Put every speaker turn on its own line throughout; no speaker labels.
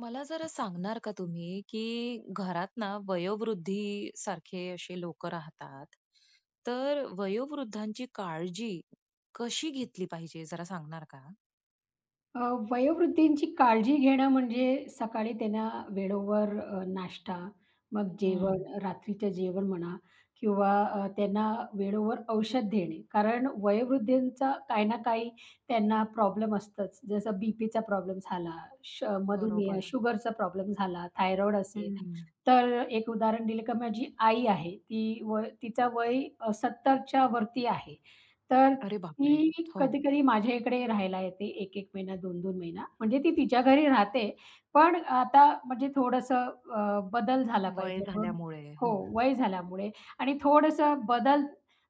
मला जरा सांगणार का तुम्ही, की घरात ना वयोवृद्धी सारखे असे लोक राहतात. तर वयोवृद्धांची काळजी कशी घेतली पाहिजे जरा सांगणार का?
अ, वयोवृद्धींची काळजी घेणं म्हणजे सकाळी त्यांना वेळेवर नाश्ता, मग
हं.
जेवण, रात्रीचं जेवण म्हणा किंवा त्यांना वेळेवर औषध देणे. कारण वयोवृद्धींचा काही ना काही त्यांना प्रॉब्लेम असतंच. जसं बीपीचा प्रॉब्लेम झाला, मधुमेह,
बरोबर.
शुगरचा प्रॉब्लेम झाला, थायरॉईड असेल.
हं.
तर एक उदाहरण दिलं का माझी आई आहे. ती वय तिचं वय 70च्या वरती आहे. तर
अरे
ती
बापरे! हो,
कधी-कधी माझ्या इकडे राहायला येते 1-1 महिना, 2-2 महिना. म्हणजे ती तिच्या घरी राहते. पण आता म्हणजे थोडंसं बदल झाला
वय
पाहिजे म्हणून
झाल्यामुळे.
हो,
हो,
वय झाल्यामुळे आणि थोडंसं बदल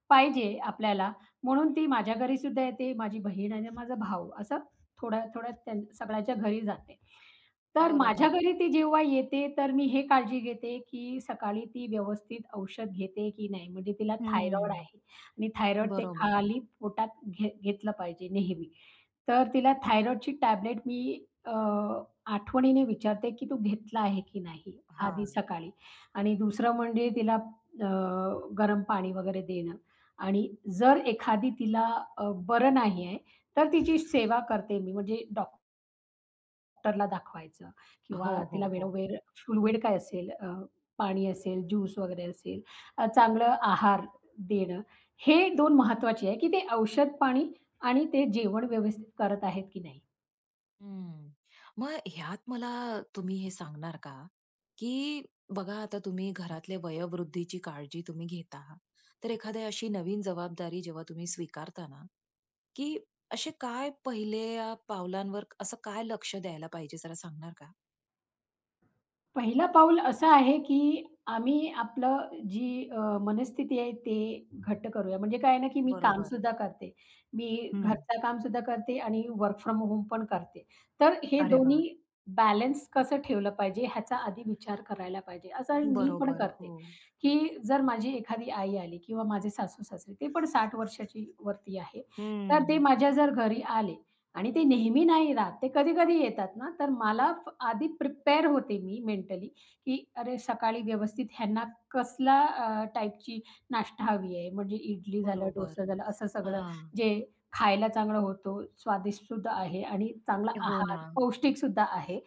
पाहिजे आपल्याला म्हणून ती माझ्या घरीसुद्धा येते, माझी बहीण आणि माझा भाऊ असं थोड्या-थोड्या सगळ्याच्या घरी जाते. तर माझ्या
बरोबर.
घरी ती जेव्हा येते, तर मी हे काळजी घेते, की सकाळी ती व्यवस्थित औषध घेते की नाही. म्हणजे तिला थायरॉइड
हं.
आहे आणि थायरॉइड ते
बरोबर.
खाली पोटात घेतलं पाहिजे नेहमी. तर तिला थायरॉइडची टॅबलेट मी आठवणीने विचारते, की "तू घेतला आहे की नाही?" आधी
हां.
सकाळी आणि दुसरं म्हणजे तिला अ, गरम पाणी वगैरे देणं आणि जर एखादी तिला बरं नाही आहे, तर तिची सेवा करते मी. म्हणजे डॉक्टरला दाखवायचं किंवा
हो,
तिला
हो, हो.
वेळोवेळ फुलवेड काय असेल पाणी असेल, ज्यूस वगैरे असेल, चांगलं आहार देणं. हे दोन महत्त्वाचे आहे, की ते औषध पाणी आणि ते जेवण व्यवस्थित करत आहेत की नाही.
हम्म. मग ह्यात मला तुम्ही हे सांगणार का, की बघा आता तुम्ही घरातल्या वयोवृद्धीची काळजी तुम्ही घेता, तर एखादी अशी नवीन जबाबदारी जेव्हा तुम्ही स्वीकारता ना, की असे काय पहिल्या पावलांवर असं काय लक्ष द्यायला पाहिजे जरा सांगणार का?
पहिलं पाऊल असं आहे, की आम्ही आपलं जी मनस्थिती आहे ते घट्ट करूया. म्हणजे काय आहे ना, की मी
बरोबर.
कामसुद्धा करते. मी
हं.
घरचं कामसुद्धा करते आणि वर्क फ्रॉम होम पण करते. तर हे
अरे
दोन्ही
वाह!
बॅलन्स कसं ठेवलं पाहिजे ह्याचा आधी विचार करायला पाहिजे. असं मी पण
बरोबर.
करते,
हो.
की जर माझी एखादी आई आली किंवा माझे सासू-सासरे ते पण 60 वर्षाची वरती आहे. तर ते
हं.
माझ्या जर घरी आले आणि ते नेहमी नाही राहत. ते कधी-कधी येतात ना, तर मला आधी प्रिपेअर होते मी मेंटली, की अरे सकाळी व्यवस्थित ह्यांना कसला टाईपची नाश्ता हवी आहे. म्हणजे इडली झालं, डोसा
बरोबर.
झालं असं सगळं
हां.
जे खायला चांगलं होतो, स्वादिष्टसुद्धा आहे आणि चांगला
हो
आहार,
ना.
पौष्टिकसुद्धा आहे.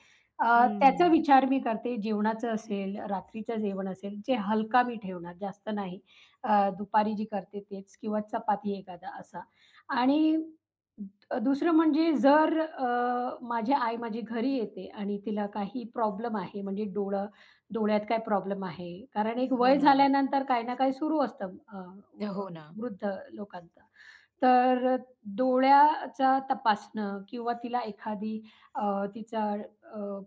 त्याचा
हं.
विचार मी करते. जेवणाचं असेल, रात्रीचं जेवण असेल, जे हलका मी ठेवणार, जास्त नाही. दुपारी जी करते तेच किंवा चपाती एखादा असा आणि दुसरं म्हणजे जर माझी आई माझी घरी येते आणि तिला काही प्रॉब्लेम आहे म्हणजे डोळ्यात काय प्रॉब्लेम आहे. कारण एक
हो
वय
ना.
झाल्यानंतर काही ना काही सुरू असतं व
हो ना.
वृद्ध लोकांचं. तर डोळ्याचा तपासणं किंवा तिला एखादी अ, तिचा अ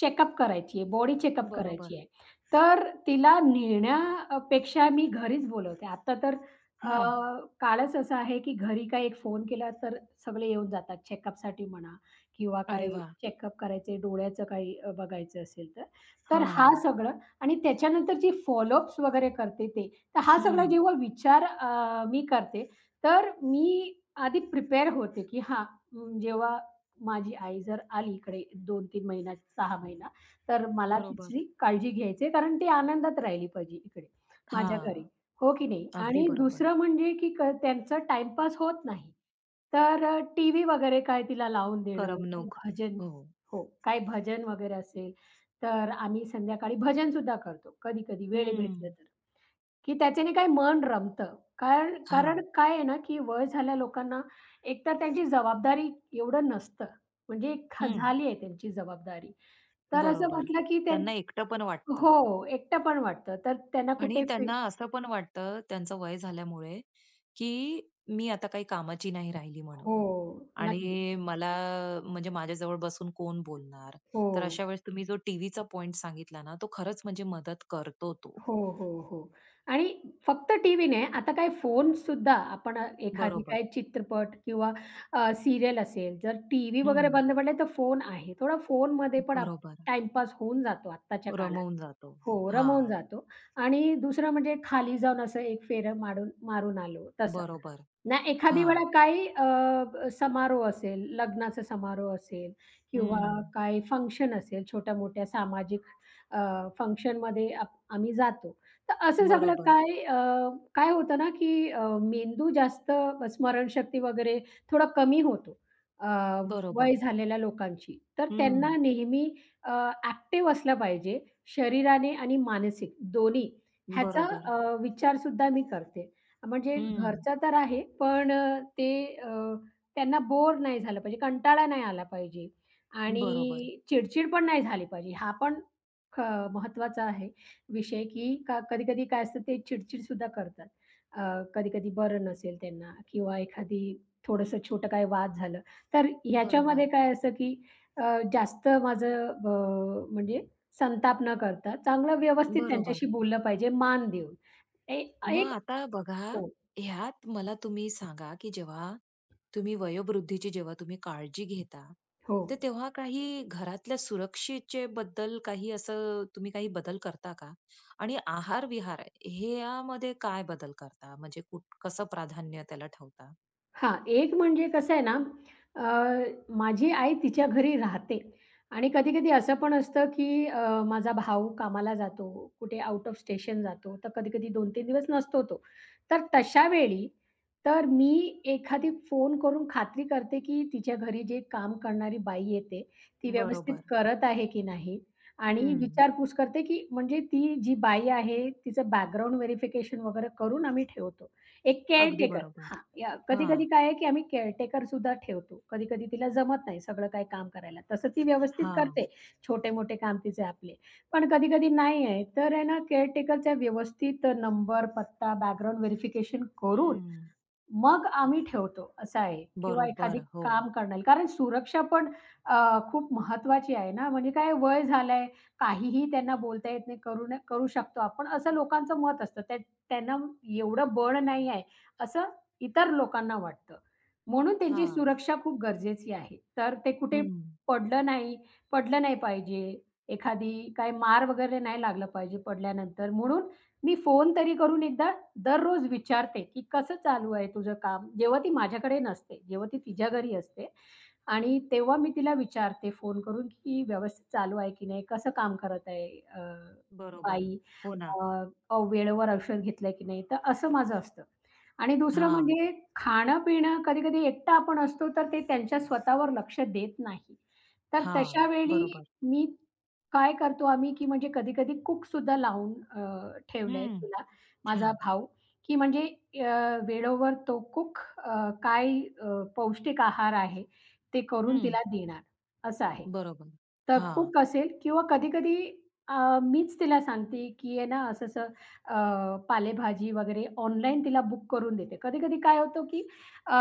चेकअप करायची आहे, बॉडी चेकअप करायची
बरोबर.
आहे. तर तिला पेक्षा मी घरीच बोलवते. आता तर अ,
हां.
काळच असा आहे, की घरी काही एक फोन केला तर सगळे येऊन जातात चेकअपसाठी म्हणा किंवा
अरे
काही
वाह!
चेकअप करायचे, डोळ्याचं काही बघायचं असेल तर. तर हा
हां.
सगळं आणि त्याच्यानंतर जी फॉलोअप्स वगैरे करते ते. तर हा सगळा
हं.
जेव्हा विचार मी करते, तर मी आधी प्रिपेअर होते, की हां, जेव्हा माझी आई जर आली इकडे 2-3 महिना, 6 महिना, तर मला
बरोबर.
तिची काळजी घ्यायची आहे, कारण ती आनंदात राहिली पाहिजे इकडे माझ्या घरी.
हां,
हो की नाही?
अगदी
आणि
बरोबर.
दुसरं म्हणजे की त्यांचा टाईमपास होत नाही. तर टीव्ही वगैरे काय तिला लावून देणं, काही
करमणूक.
भजन
हो.
हो, काय भजन वगैरे असेल, तर आम्ही संध्याकाळी भजनसुद्धा करतो, कधी-कधी वेळ
हं.
भेटलं तर. की त्याच्याने काही मन रमतं. कारण कारण
हां.
काय आहे ना, की वय झाल्या लोकांना एकतर त्यांची जबाबदारी एवढं नसतं. म्हणजे
हं.
झाली आहे त्यांची जबाबदारी. तर असं
बरोबर.
म्हटलं की
त्यांना एकटं पण वाटतं
हो, एकटंपण वाटतं. तर त्यांना
आणि
कुठे
त्यांना असं पण वाटतं त्यांचं वय झाल्यामुळे, की मी आता काही कामाची नाही राहिली
हो,
म्हणून
नक्कीच.
आणि मला म्हणजे माझ्याजवळ बसून कोण बोलणार? तर
हो,
अशा वेळेस तुम्ही जो टीव्हीचा पॉइंट सांगितला ना, तो खरंच म्हणजे मदत करतो तो.
हो, हो, हो. आणि फक्त टीव्ही नाही, आता काय फोनसुद्धा आपण एखादी
बरोबर.
काही चित्रपट किंवा अ, असेल, जर टीव्ही वगैरे
हं.
बंद पडले तर फोन आहे. थोडा फोनमध्ये पण
बरोबर.
होऊन जातो आत्ताच्या काळात.
रमवून जातो.
हो,
हां.
रमवून जातो आणि दुसरं म्हणजे खाली जाऊन असं एक फेर मारून मारून आलो तसं.
बरोबर.
नाही एखादी वेळा
हां.
काही अ, ब समारोह असेल, लग्नाचा समारोह असेल किंवा
हं.
काही फंक्शन असेल, छोट्या-मोठ्या सामाजिक अ, फंक्शनमध्ये आम्ही जातो. तर असं सगळं
बरोबर,
काय काय होतं ना, की मेंदू जास्त स्मरणशक्ती वगैरे थोडा कमी होतो अ, वय
बरोबर.
झालेल्या लोकांची. तर
हं.
त्यांना नेहमी अ, असलं पाहिजे शरीराने आणि मानसिक दोन्ही ह्याचा
बरोबर.
विचारसुद्धा मी करते. म्हणजे
हं.
घरचा तर आहे, पण त्यांना बोर नाही झालं पाहिजे, कंटाळा नाही आला पाहिजे
बरोबर,
आणि चिडचिड पण नाही झाली पाहिजे. हा पण ख महत्त्वाचा आहे विषय, की का कधी-कधी काय असतं ते चिडचिडसुद्धा करतात. अ, कधी-कधी बरं नसेल त्यांना किंवा एखादी थोडंसं छोटं काही वाद झालं, तर ह्याच्यामध्ये
बरोबर,
काय असतं, की जास्त माझं ब म्हणजे संताप न करता चांगलं व्यवस्थित त्यांच्याशी
बरोबर.
बोललं पाहिजे मान देऊन. ए
मग
एक
आता बघा,
हो.
ह्यात मला तुम्ही सांगा, की जेव्हा तुम्ही वयोवृद्धीची जेव्हा तुम्ही काळजी घेता,
हो.
तर तेव्हा काही घरातल्या सुरक्षेबद्दल काही असं तुम्ही काही बदल करता का? आणि आहार-विहार ह्यामध्ये काय बदल करता? म्हणजे कुठ कसं प्राधान्य त्याला ठेवता?
हां, एक म्हणजे कसं आहे ना, अ, माझी आई तिच्या घरी राहते आणि कधी-कधी असं पण असतं, की माझा भाऊ कामाला जातो, कुठे आउट ऑफ स्टेशन जातो, तर कधी-कधी 2-3 दिवस नसतो तो. तर तशा वेळी तर मी एखादी फोन करून खात्री करते, की तिच्या घरी जे काम करणारी बाई येते, ती व्यवस्थित
बरोबर.
करत आहे की नाही आणि
हं.
विचारपूस करते, की म्हणजे ती जी बाई आहे, तिचं बॅकग्राऊंड व्हेरिफिकेशन वगैरे करून आम्ही ठेवतो. एक
अगदी
केअरटेकर
बरोबर.
हां, या
हां,
कधी-कधी काय आहे, की आम्ही केअरटेकर सुद्धा ठेवतो. कधी-कधी तिला जमत नाही सगळं काही काम करायला. तसं ती व्यवस्थित
हां.
करते, छोटे-मोठे काम तिचे आपले. पण कधी-कधी नाही आहे, तर आहे ना केअरटेकरचा व्यवस्थित नंबर, पत्ता, बॅकग्राऊंड व्हेरिफिकेशन करून
हं.
मग आम्ही ठेवतो असं आहे किंवा एखादी
बरोबर, हो.
काम करण्याला. कारण सुरक्षा पण खूप महत्त्वाची आहे ना, म्हणजे काय वय झालंय, काहीही त्यांना बोलता येत नाही, करू न करू शकतो आपण असं लोकांचं मत असतं. त्यांना एवढं बळ नाही आहे असं इतर लोकांना वाटतं. म्हणून त्यांची
हां.
सुरक्षा खूप गरजेची आहे. तर ते कुठे
हं.
पडलं नाही पडलं नाही पाहिजे. एखादी काही मार वगैरे नाही लागलं पाहिजे पडल्यानंतर. म्हणून मी फोन तरी करून एकदा दररोज विचारते, की कसं चालू आहे तुझं काम? जेव्हा ती माझ्याकडे नसते, जेव्हा ती तिच्या घरी असते आणि तेव्हा मी तिला विचारते फोन करून, की व्यवस्थित चालू आहे की नाही? कसं काम करत आहे
बरोबर.
बाई?
हो ना.
अ, अ, वेळेवर औषध घेतलंय की नाही? तर असं माझं असतं. आणि दुसरं
हां,
म्हणजे खाणं-पिणं कधी-कधी एकटा आपण असतो, तर ते त्यांच्या स्वतःवर लक्ष देत नाही. तर
हा
तशा वेळी
बरोबर.
मी काय करतो आम्ही, की म्हणजे कधी-कधी कुकसुद्धा लावून ठेवलंय
हं.
तिला, माझा
छान.
भाऊ. की म्हणजे वेळेवर तो कूक पौष्टिक आहार आहे, ते करून
हं.
तिला देणार, असं आहे.
बरोबर.
तर
हां.
कूक असेल किंवा कधी-कधी मीच तिला सांगते, की आहे ना, असं-असं पालेभाजी वगैरे ऑनलाईन तिला बुक करून देते. कधी-कधी काय होतं, की अ,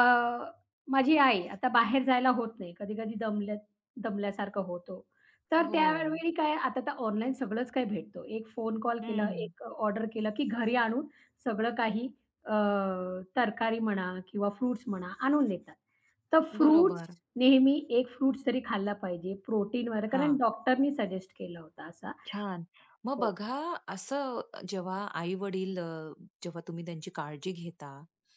माझी आई आता बाहेर जायला होत नाही. कधी-कधी दमल्यासारखं होतो. तर
हो.
त्यावेळी काय आता तर ऑनलाईन सगळंच काही भेटतो. एक फोन कॉल केला,
हं.
एक ऑर्डर केलं, की घरी आणून सगळं काही अ, तरकारी म्हणा किंवा फ्रुट्स म्हणा आणून देतात. तर फ्रुट्स
बरोबर.
नेहमी एक फ्रुट्स तरी खाल्ला पाहिजे प्रोटीन वगैरे कारण
हां.
डॉक्टरनी सजेस्ट केला होता असा.
छान. मग
हो.
बघा असं जेव्हा आई-वडील जेव्हा तुम्ही त्यांची काळजी घेता,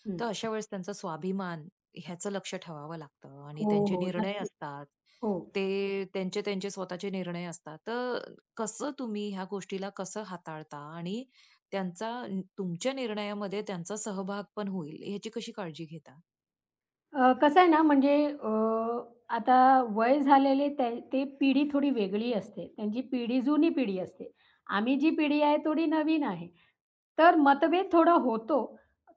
हं.
तर अशा वेळेस त्यांचा स्वाभिमान ह्याचं लक्ष ठेवावं लागतं आणि
हो,
त्यांचे
हो.
निर्णय
नक्कीच.
असतात.
हो.
ते त्यांचे त्यांचे स्वतःचे निर्णय असतात. तर कसं तुम्ही ह्या गोष्टीला कसं हाताळता आणि त्यांचा न तुमच्या निर्णयामध्ये त्यांचा सहभाग पण होईल ह्याची कशी काळजी घेता?
कसं आहे ना, म्हणजे आता वय झालेले ते ते पिढी थोडी वेगळी असते. त्यांची पिढी जुनी पिढी असते. आम्ही जी पिढी आहे थोडी नवीन आहे. तर मतभेद थोडा होतो.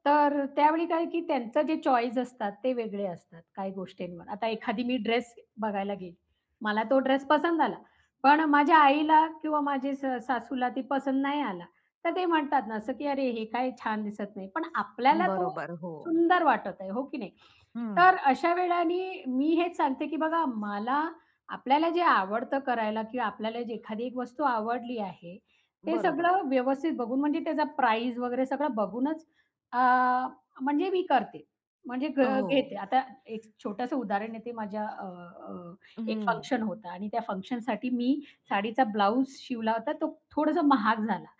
तर त्यावेळी काय की त्यांचं जे चॉईस असतात ते वेगळे असतात काही गोष्टींवर. आता एखादी मी ड्रेस बघायला गेली. मला तो ड्रेस पसंत आला. पण माझ्या आईला किंवा माझे सासूला ते पसंत नाही आला. तर ते म्हणतात ना असं की "अरे, हे काय छान दिसत नाही." पण आपल्याला तो
बरोबर. हो.
सुंदर वाटत आहे, हो की नाही?
हं.
तर अशा वेळाने मी हेच सांगते, की बघा मला आपल्याला जे आवडतं करायला किंवा आपल्याला जी एखादी एक वस्तू आवडली आहे, ते
बरोबर.
सगळं व्यवस्थित बघून म्हणजे त्याचा प्राईज वगैरे सगळं बघूनच अ, म्हणजे मी करते. म्हणजे
हो.
घेते. आता एक छोटंसं उदाहरण आहे ते माझ्या अ, अ, एक
हं.
फंक्शन होतं आणि त्या फंक्शनसाठी मी साडीचा ब्लाउज शिवला होता, तो थोडासा महाग झाला.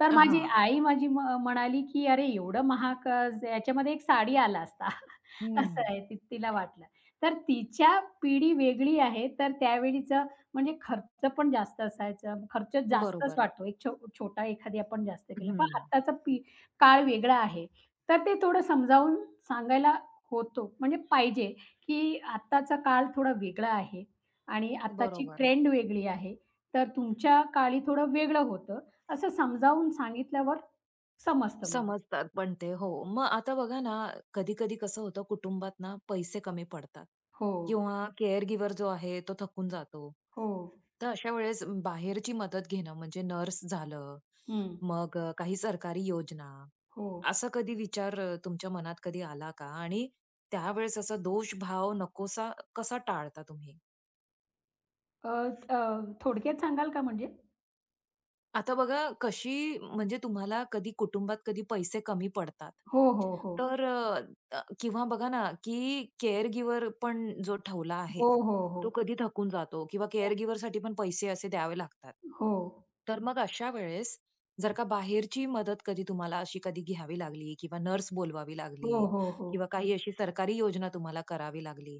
तर माझी
हां.
आई माझी म म्हणाली, की "अरे एवढं महाग याच्यामध्ये एक साडी आला असता." असं
हं.
आहे ती तिला वाटलं. तर तिच्या पिढी वेगळी आहे, तर त्यावेळीचं म्हणजे खर्च पण जास्त असायचा. खर्च जास्तच
बरोबर.
वाटतो. एक छोटा एखादी आपण जास्त केला. पण
हं.
आत्ताचा काळ वेगळा आहे. तर ते थोडं समजावून सांगायला होतो म्हणजे पाहिजे, की आत्ताचा काळ थोडा वेगळा आहे आणि आत्ताची
बरोबर.
ट्रेंड वेगळी आहे. तर तुमच्या काळी थोडं वेगळं होतं. असं समजावून सांगितल्यावर समजतं मग.
समजतात पण ते. हो. मग आता बघा ना, कधी-कधी कसं होतं कुटुंबात ना पैसे कमी पडतात
हो,
किंवा केअर गिव्हर जो आहे तो थकून जातो.
हो.
तर अशा वेळेस बाहेरची मदत घेणं म्हणजे नर्स झालं,
हं.
मग काही सरकारी योजना,
हो.
असा कधी विचार तुमच्या मनात कधी आला का? आणि त्यावेळेस असा दोषभाव नकोसा कसा टाळता तुम्ही?
अ, अ, थोडक्यात सांगाल का म्हणजे?
आता बघा कशी म्हणजे तुम्हाला कधी कुटुंबात कधी पैसे कमी पडतात.
हो, हो, हो.
तर अ, अ, किंवा बघा ना, की केअर गिव्हर पण जो ठेवला आहे,
हो, हो, हो.
तो कधी थकून जातो किंवा केअर गिव्हरसाठी पण पैसे असे द्यावे लागतात.
हो,
तर मग अशा वेळेस जर का बाहेरची मदत कधी तुम्हाला अशी कधी घ्यावी लागली किंवा नर्स बोलवावी
हो,
लागली
हो, हो. हो.
किंवा काही अशी सरकारी योजना तुम्हाला करावी लागली,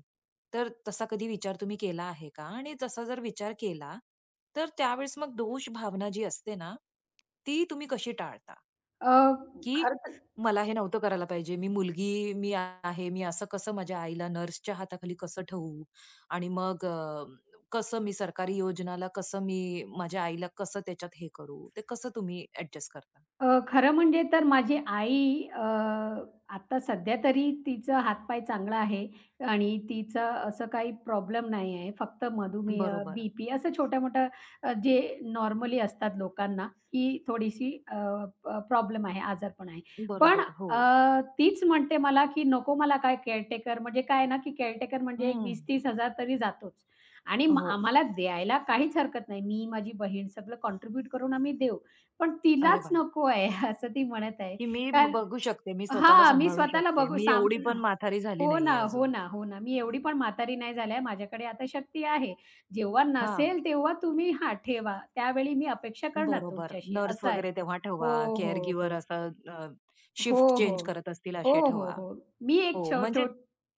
तर तसा कधी विचार तुम्ही केला आहे का? आणि तसा जर विचार केला, तर त्यावेळेस मग दोष भावना जी असते ना, ती तुम्ही कशी टाळता?
अ,
की
खर
मला हे नव्हतं करायला पाहिजे. मी मुलगी आहे. मी असं कसं माझ्या आईला नर्सच्या हाताखाली कसं ठेवू? आणि मग कसं मी सरकारी योजनाला कसं मी माझ्या आईला कसं त्याच्यात हे करू? ते कसं तुम्ही ॲडजस्ट करता?
खरं म्हणजे तर माझी आई आता सध्या तरी तिचा हातपाय चांगला आहे आणि तिचं असं काही प्रॉब्लेम नाही आहे. फक्त मधुमेह,
बरोबर,
बी-पी असं छोट्या-मोठ्या जे नॉर्मली असतात लोकांना, की थोडीशी अ, अ, प्रॉब्लेम आहे, आजारपण आहे. पण
बरोबर. हो.
तीच म्हणते मला, की "नको मला काय केअरटेकर." म्हणजे काय ना, की केअरटेकर म्हणजे एक
हं.
20,000-30,000 तरी जातोच आणि
हो.
आम्हाला द्यायला काहीच हरकत नाही. मी, माझी बहीण सगळं कॉन्ट्रिब्यूट करून आम्ही देऊ. पण
अरे
तिलाच
वाह!
नको आहे असं ती म्हणत आहे.
की मी
कारण
बघू शकते. मी स्वतःला
हां, मी
सांभाळू
स्वतःला
शकते.
बघू
मी
साम
एवढी पण म्हातारी झाली
हो ना,
नाहीये
हो
अजून.
ना, हो ना. मी एवढी पण म्हातारी नाही झाली आहे. माझ्याकडे आता शक्ती आहे. जेव्हा
हां.
नसेल तेव्हा तुम्ही हां, ठेवा. त्यावेळी मी अपेक्षा करणार
बरोबर.
तुमच्याशी
नर्स
असं आहे.
वगैरे तेव्हा ठेवा,
हो, हो,
केअरगिव्हर
हो.
असं
हो,
शिफ्ट
हो.
चेंज करत असतील
हो,
असे
हो,
ठेवा.
हो. मी
हो,
एक छो
म्हणजे
छो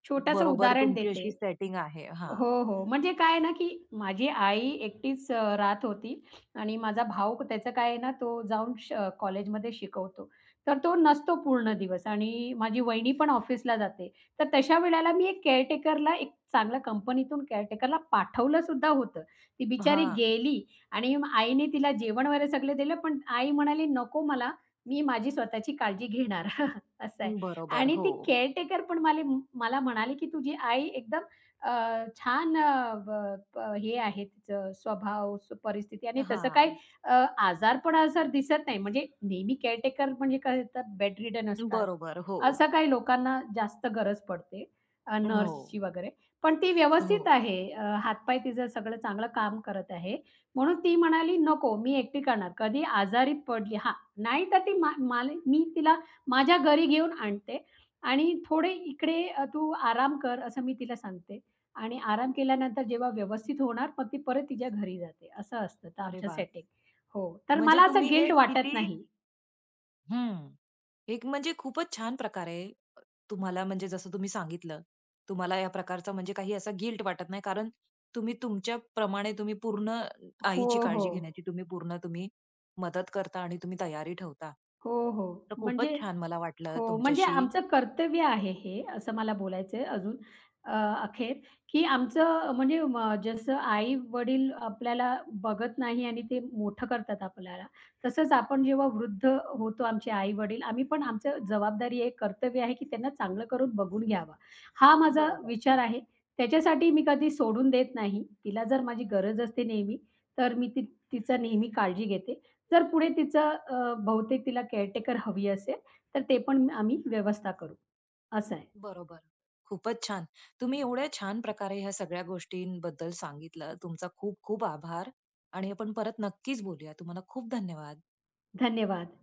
छोटंसं
बरोबर
उदाहरण
तुमची
देते.
अशी सेटिंग आहे. हां,
हो, हो. म्हणजे काय आहे ना, की माझी आई एकटीच राहत होती आणि माझा भाऊ त्याचं काय आहे ना, तो जाऊन कॉलेजमध्ये शिकवतो. तर तो नसतो पूर्ण दिवस आणि माझी वहिनी पण ऑफिसला जाते. तर तशा वेळेला मी एक केअरटेकरला एक चांगल्या कंपनीतून केअरटेकरला पाठवलं सुद्धा होतं. ती बिचारी
हां.
गेली आणि मग आईने तिला जेवण वगैरे सगळं दिलं, पण आई म्हणाली, "नको मला, मी माझी स्वतःची काळजी घेणार." असं आहे.
बरोबर.
आणि
हो.
ती केअरटेकर पण मला मला म्हणाली, की "तुझी आई एकदम" छान अ, ब प हे आहे तिचं स्वभाव, परिस्थिती आणि तसं काही
हां.
अ, आजारपणा जर दिसत नाही. म्हणजे नेहमी केअरटेकर म्हणजे काय होतात बेडरिडन असतात.
बरोबर. हो.
असं काही लोकांना जास्त गरज पडते नर्सची
हो,
वगैरे. पण ती व्यवस्थित
हो.
आहे. हातपाय तिचं सगळं चांगलं काम करत आहे. म्हणून ती म्हणाली, "नको मी एकटी करणार. कधी आजारी पडली हां, नाही तर ती मा माल मी तिला माझ्या घरी घेऊन आणते आणि थोडे इकडे तू आराम कर," असं मी तिला सांगते. आणि आराम केल्यानंतर जेव्हा व्यवस्थित होणार, मग ती परत तिच्या घरी जाते. असं असतं तर
अरे
आमचं
वाह!
सेटिंग. हो, तर
म्हणजे
मला असं
तुम्ही हे
गिल्ट वाटत
किती
नाही.
हं. एक म्हणजे खूपच छान प्रकारे तुम्हाला म्हणजे जसं तुम्ही सांगितलं, तुम्हाला या प्रकारचा म्हणजे काही असा गिल्ट वाटत नाही. कारण तुम्ही तुमच्याप्रमाणे तुम्ही पूर्ण
हो,
आईची
हो.
काळजी घेण्याची तुम्ही पूर्ण तुम्ही मदत करता आणि तुम्ही तयारी ठेवता.
हो, हो.
तर
म्हणजे
खूपच छान मला वाटलं
हो, म्हणजे
तुमच्याशी
आमचं कर्तव्य आहे हे, असं मला बोलायचंय अजून अ, अखेर, की आमचं म्हणजे जसं आई-वडील आपल्याला बघत नाही आणि ते मोठं करतात आपल्याला, तसंच आपण जेव्हा वृद्ध होतो आमचे आई-वडील, आम्ही पण आमचं जबाबदारी आहे, कर्तव्य आहे, की त्यांना चांगलं करून बघून घ्यावं. हा माझा
बरोबर,
विचार आहे. त्याच्यासाठी मी कधी सोडून देत नाही. तिला जर माझी गरज असते नेहमी, तर मी तिचा नेहमी काळजी घेते. जर पुढे तिचं बहुतेक तिला केअरटेकर हवी असेल, तर ते पण आम्ही व्यवस्था करू. असं आहे.
बरोबर. खूपच छान. तुम्ही एवढ्या छान प्रकारे ह्या सगळ्या गोष्टींबद्दल सांगितलं. तुमचा खूप खूप आभार आणि आपण परत नक्कीच बोलूया. तुम्हाला खूप धन्यवाद.
धन्यवाद.